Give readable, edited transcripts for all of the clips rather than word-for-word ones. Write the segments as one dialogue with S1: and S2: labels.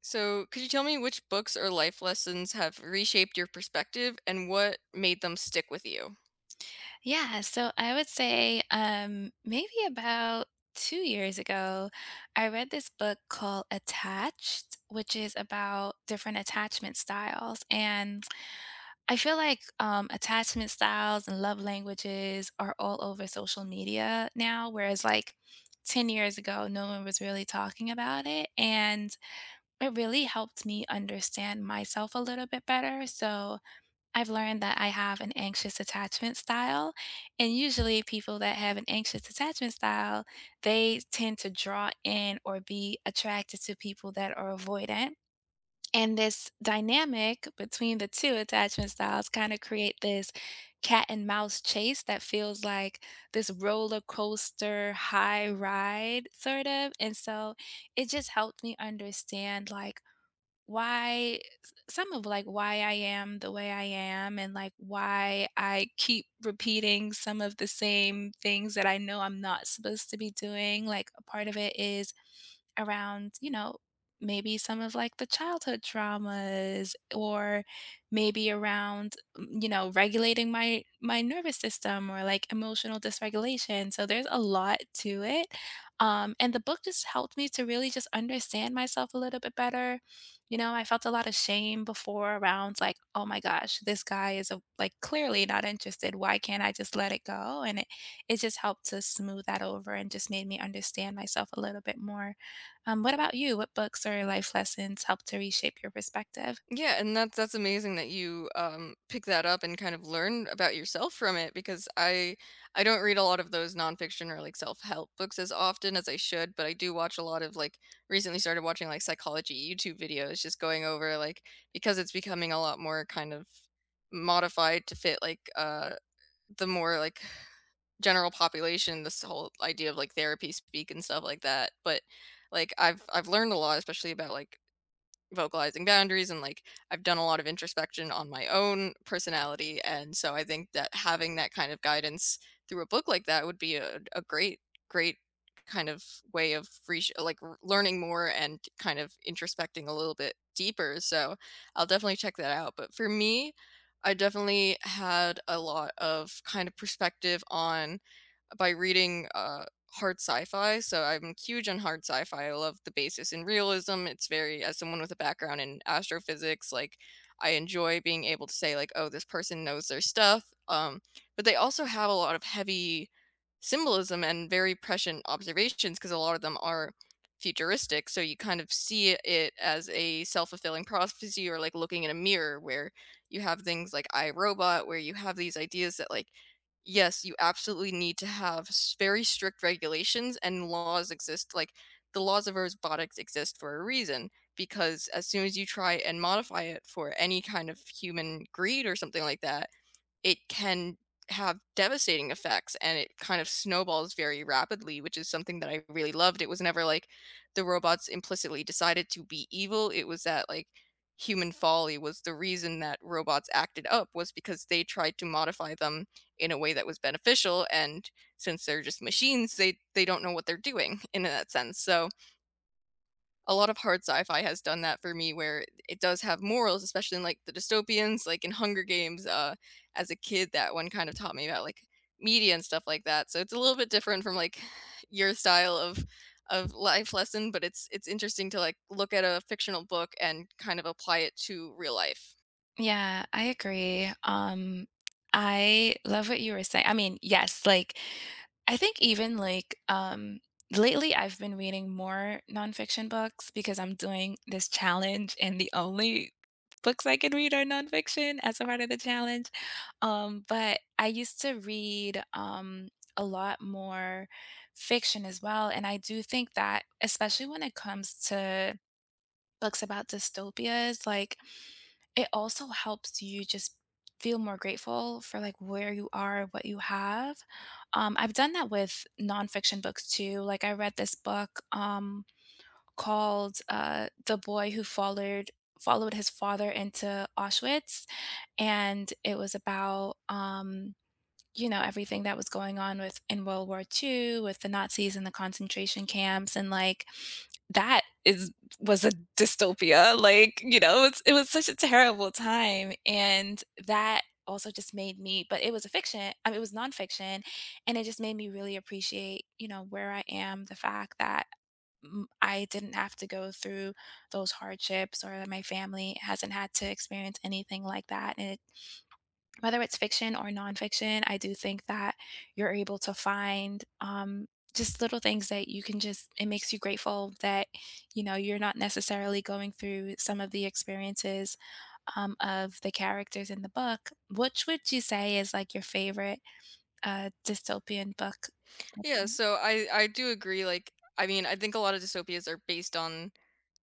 S1: So, could you tell me which books or life lessons have reshaped your perspective and what made them stick with you?
S2: Yeah, so I would say, maybe about 2 years ago, I read this book called Attached, which is about different attachment styles, and I feel like, attachment styles and love languages are all over social media now, whereas, like, 10 years ago, no one was really talking about it, and it really helped me understand myself a little bit better. So I've learned that I have an anxious attachment style, and usually people that have an anxious attachment style, they tend to draw in or be attracted to people that are avoidant. And this dynamic between the two attachment styles kind of create this cat and mouse chase that feels like this roller coaster high ride sort of. And so it just helped me understand like some of like why I am the way I am, and like why I keep repeating some of the same things that I know I'm not supposed to be doing. Like a part of it is around, you know, maybe some of like the childhood traumas, or maybe around you know, regulating my nervous system, or like emotional dysregulation. So there's a lot to it. And the book just helped me to really just understand myself a little bit better. You know, I felt a lot of shame before around like, oh my gosh, this guy is like clearly not interested, why can't I just let it go? And it just helped to smooth that over and just made me understand myself a little bit more. Um, what about you? What books or life lessons help to reshape your perspective?
S1: Yeah, and that's amazing that you pick that up and kind of learn about yourself from it because I don't read a lot of those nonfiction or like self-help books as often as I should, but I do watch a lot of like recently started watching like psychology YouTube videos just going over like because it's becoming a lot more kind of modified to fit like the more like general population, this whole idea of like therapy speak and stuff like that. But like I've learned a lot, especially about like vocalizing boundaries and like I've done a lot of introspection on my own personality. And so I think that having that kind of guidance through a book like that would be a great kind of way of reach, like r- learning more and kind of introspecting a little bit deeper. So I'll definitely check that out. But for me, I definitely had a lot of kind of perspective on by reading hard sci-fi. So I'm huge on hard sci-fi. I love the basis in realism. It's very, as someone with a background in astrophysics, like I enjoy being able to say like, oh, this person knows their stuff. But they also have a lot of heavy symbolism and very prescient observations because a lot of them are futuristic. So you kind of see it as a self-fulfilling prophecy or like looking in a mirror where you have things like iRobot, where you have these ideas that like yes, you absolutely need to have s very strict regulations and laws exist, like, the laws of robotics exist for a reason, because as soon as you try and modify it for any kind of human greed or something like that, it can have devastating effects and it kind of snowballs very rapidly, which is something that I really loved. It was never like the robots implicitly decided to be evil. It was that like human folly was the reason that robots acted up was because they tried to modify them in a way that was beneficial, and since they're just machines, they don't know what they're doing in that sense. So a lot of hard sci-fi has done that for me where it does have morals, especially in like the dystopians like in Hunger Games. As a kid that one kind of taught me about like media and stuff like that, so it's a little bit different from like your style of life lesson, but it's interesting to like look at a fictional book and kind of apply it to real life.
S2: Yeah, I agree. I love what you were saying. I mean, yes, like I think even like lately I've been reading more nonfiction books because I'm doing this challenge and the only books I can read are nonfiction as a part of the challenge. But I used to read a lot more fiction as well. And I do think that, especially when it comes to books about dystopias, like it also helps you just feel more grateful for like where you are, what you have. I've done that with nonfiction books too. Like I read this book called "The Boy Who Followed His Father into Auschwitz," and it was about you know, everything that was going on with in World War II with the Nazis and the concentration camps, and like that is was a dystopia. Like, you know, it was such a terrible time. And that also just made me, but it was a fiction, I mean it was nonfiction, and it just made me really appreciate, you know, where I am, the fact that I didn't have to go through those hardships, or that my family hasn't had to experience anything like that. And it whether it's fiction or nonfiction, I do think that you're able to find just little things that you can just, it makes you grateful that, you know, you're not necessarily going through some of the experiences of the characters in the book. Which would you say is like your favorite dystopian book?
S1: Yeah, so I do agree. Like I mean I think a lot of dystopias are based on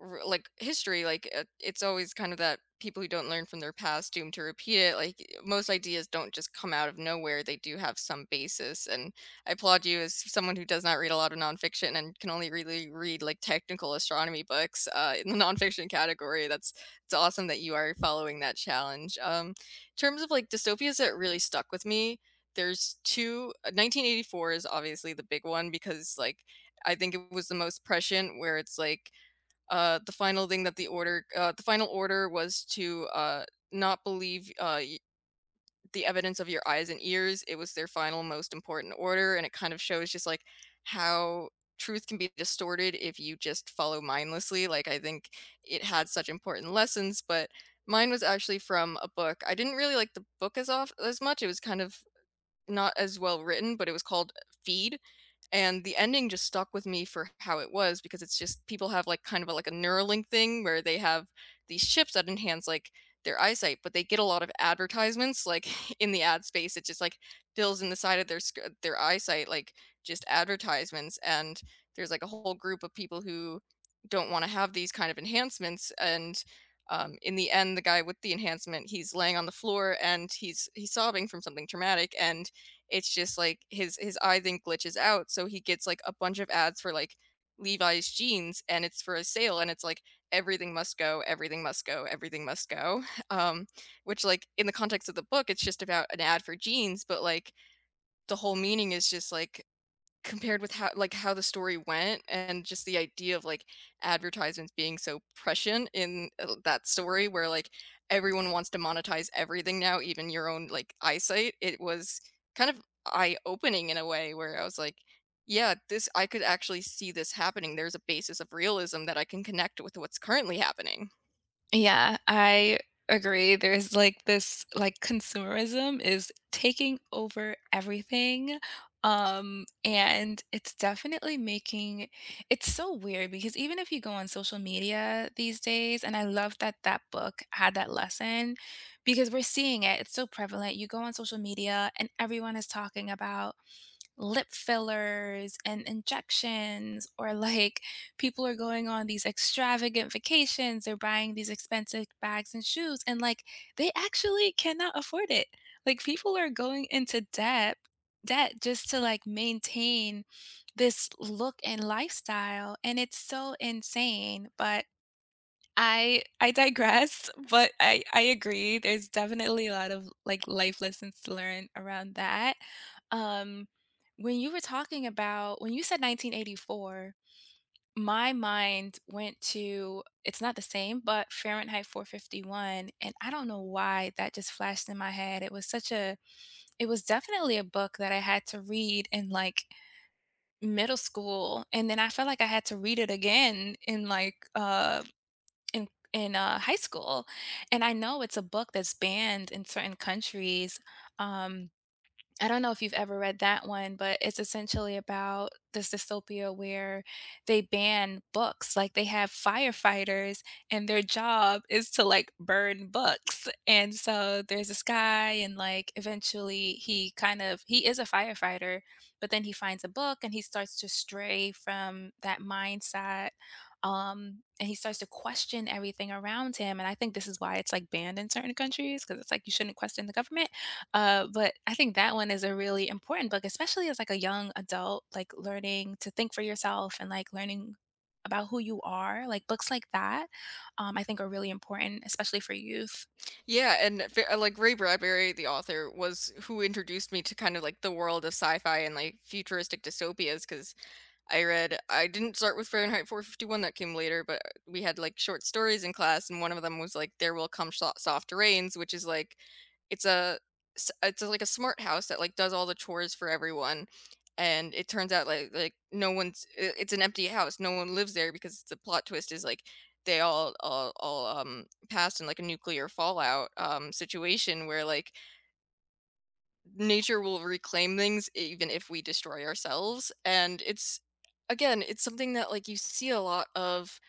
S1: like history, like it's always kind of that people who don't learn from their past doomed to repeat it. Like most ideas don't just come out of nowhere, they do have some basis, and I applaud you as someone who does not read a lot of nonfiction and can only really read like technical astronomy books in the nonfiction category. That's it's awesome that you are following that challenge, in terms of like dystopias that really stuck with me, there's two. 1984 is obviously the big one, because like I think it was the most prescient where it's like the final thing that the order, the final order was to not believe, the evidence of your eyes and ears. It was their final, most important order, and it kind of shows just like how truth can be distorted if you just follow mindlessly. Like I think it had such important lessons, but mine was actually from a book. I didn't really like the book as off as much. It was kind of not as well written, but it was called Feed, and the ending just stuck with me for how it was, because it's just people have, like, kind of a like a Neuralink thing where they have these chips that enhance, like, their eyesight, but they get a lot of advertisements, like, in the ad space, it just, like, fills in the side of their sc their eyesight, like, just advertisements, and there's, like, a whole group of people who don't wanna have these kind of enhancements, and, in the end, the guy with the enhancement, he's laying on the floor, and he's sobbing from something traumatic, and it's just like his eye then glitches out, so he gets like a bunch of ads for like Levi's jeans, and it's for a sale, and it's like everything must go, everything must go, everything must go. um which like in the context of the book it's just about an ad for jeans, but like the whole meaning is just like compared with how like, how the story went and just the idea of, like, advertisements being so prescient in, that story where, like, everyone wants to monetize everything now, even your own, like, eyesight. It was kind of eye-opening in a way where I was like, "Yeah, this I could actually see this happening, there's a basis of realism that I can connect with what's currently happening."
S2: Yeah, I agree. There's like this like consumerism is taking over everything. And it's definitely making it's so weird because even if you go on social media these days, and I love that that book had that lesson because we're seeing it, it's so prevalent. You go on social media and everyone is talking about lip fillers and injections, or like people are going on these extravagant vacations, they're buying these expensive bags and shoes, and like they actually cannot afford it. Like people are going into debt just to like maintain this look and lifestyle, and it's so insane. But I digress. But I agree. There's definitely a lot of, like, life lessons to learn around that. Um, when you were talking about when you said 1984, my mind went to, it's not the same, but Fahrenheit 451, and I don't know why that just flashed in my head. It was such a, it was definitely a book that I had to read in, like, middle school, and then I felt like I had to read it again in, like, in high school, and I know it's a book that's banned in certain countries. Um, I don't know if you've ever read that one, but it's essentially about this dystopia where they ban books. Like they have firefighters and their job is to like burn books. And so there's this guy, and like eventually he kind of, he is a firefighter, but then he finds a book and he starts to stray from that mindset. And he starts to question everything around him. And I think this is why it's like banned in certain countries, because it's like you shouldn't question the government. But I think that one is a really important book, especially as like a young adult, like learning to think for yourself and like learning about who you are. Like books like that, I think are really important, especially for youth.
S1: Yeah, and f like, Ray Bradbury, the author, was who introduced me to kind of, like, the world of sci-fi and, like, futuristic dystopias, because I didn't start with Fahrenheit 451, that came later, but we had, like, short stories in class, and one of them was, like, There Will Come Sho Soft Rains, which is, like, it's a s it's, like, a smart house that, like, does all the chores for everyone, and it turns out, like no one's I it's an empty house, no one lives there, because the plot twist is, like, they all passed in, like, a nuclear fallout, situation where, like, nature will reclaim things even if we destroy ourselves. And it's again, it's something that like you see a lot of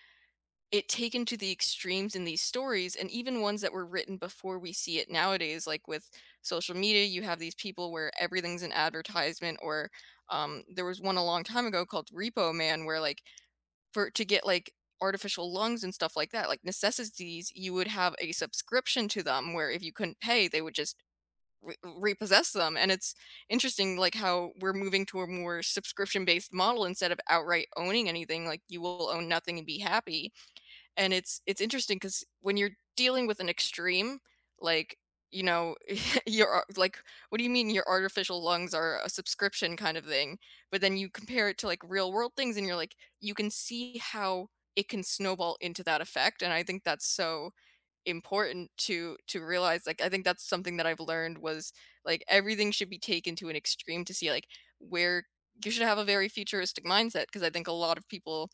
S1: it taken to the extremes in these stories, and even ones that were written before we see it nowadays, like with social media. You have these people where everything's an advertisement, or there was one a long time ago called Repo Man where like for to get like artificial lungs and stuff like that, like necessities, you would have a subscription to them where if you couldn't pay they would just repossess them. And it's interesting like how we're moving to a more subscription based model instead of outright owning anything, like you will own nothing and be happy. And it's interesting, cuz when you're dealing with an extreme, like, you know, you're like, what do you mean your artificial lungs are a subscription kind of thing? But then you compare it to like real world things, and you're like you can see how it can snowball into that effect. And I think that's so important to realize. Like I think that's something that I've learned was like everything should be taken to an extreme to see like where you should have a very futuristic mindset, because I think a lot of people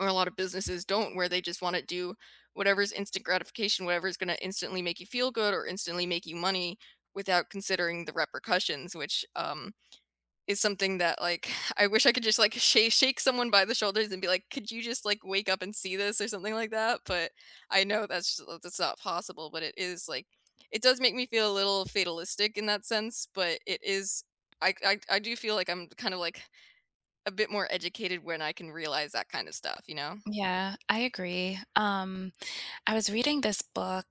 S1: or a lot of businesses don't, where they just want to do whatever's instant gratification, whatever's going to instantly make you feel good or instantly make you money without considering the repercussions. Which is something that like I wish I could just like shake someone by the shoulders and be like, "Could you just like wake up and see this?" or something like that. But I know that's just, that's not possible. But it is like it does make me feel a little fatalistic in that sense. But it is I do feel like I'm kind of like a bit more educated when I can realize that kind of stuff. You know.
S2: Yeah, I agree. I was reading this book.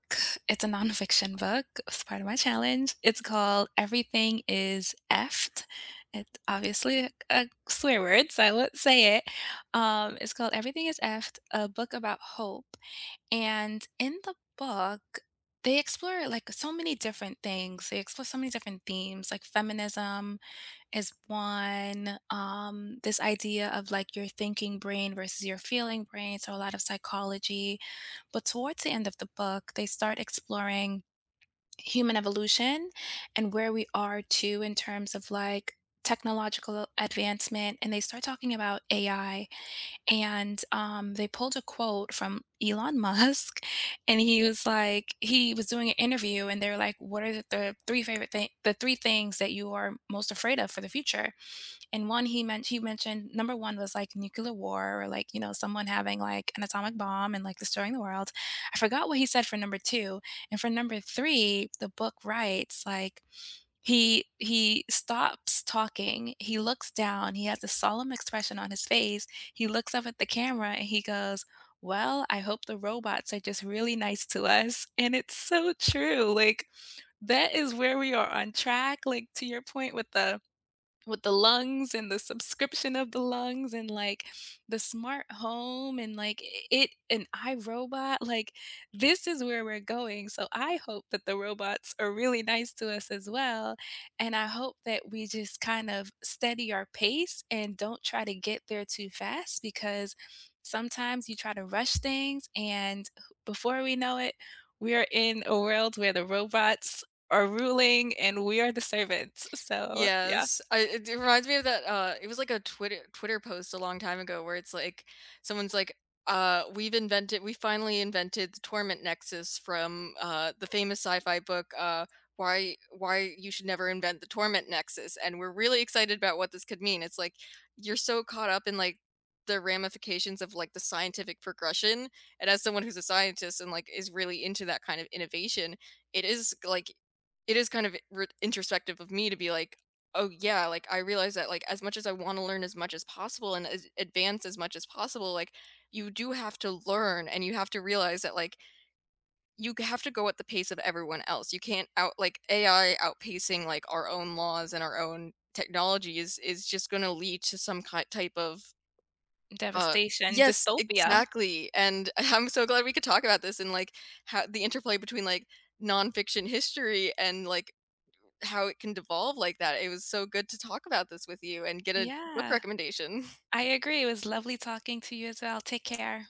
S2: It's a nonfiction book. It's part of my challenge. It's called Everything is Effed. It's obviously a swear word, so I won't say it. It's called Everything is Effed, a book about hope. And in the book, they explore like so many different things. They explore so many different themes. Like feminism is one. This idea of like your thinking brain versus your feeling brain. So a lot of psychology. But towards the end of the book, they start exploring human evolution and where we are too in terms of like technological advancement, and they start talking about AI. And they pulled a quote from Elon Musk, and he was like, he was doing an interview, and they're like, "What are the three favorite the three things that you are most afraid of for the future?" And one, he meant, he mentioned number one was like nuclear war, or like, you know, someone having like an atomic bomb and like destroying the world. I forgot what he said for number two, and for number three, the book writes like he stops talking, he looks down, he has a solemn expression on his face, he looks up at the camera, and he goes, "Well, I hope the robots are just really nice to us." And it's so true, like, that is where we are on track, like, to your point with the lungs and the subscription of the lungs, and like the smart home, and like it, and iRobot, like this is where we're going. So I hope that the robots are really nice to us as well, and I hope that we just kind of steady our pace and don't try to get there too fast, because sometimes you try to rush things and before we know it, we are in a world where the robots are ruling and we are the servants. So yeah,
S1: Yes, I it reminds me of that, it was like a Twitter post a long time ago where it's like, someone's like, "We've invented, we finally invented the torment nexus from, the famous sci-fi book, uh, Why You Should Never Invent the Torment Nexus, and we're really excited about what this could mean." It's like, you're so caught up in, like, the ramifications of, like, the scientific progression, and as someone who's a scientist and, like, is really into that kind of innovation, it is, like, it is kind of r introspective of me to be like, oh, yeah, like, I realize that, like, as much as I wanna learn as much as possible and as advance as much as possible, like, you do have to learn, and you have to realize that, like, you g have to go at the pace of everyone else. You can't AI outpacing, like, our own laws and our own technology is just gonna lead to some ki type of, uh,
S2: devastation,
S1: yes,
S2: dystopia.
S1: exactly. And I'm so glad we could talk about this and, like, how the interplay between, like, nonfiction history and, like, how it can devolve like that. It was so good to talk about this with you and get a book
S2: Yeah,
S1: recommendation.
S2: I agree, it was lovely talking to you as well. Take care.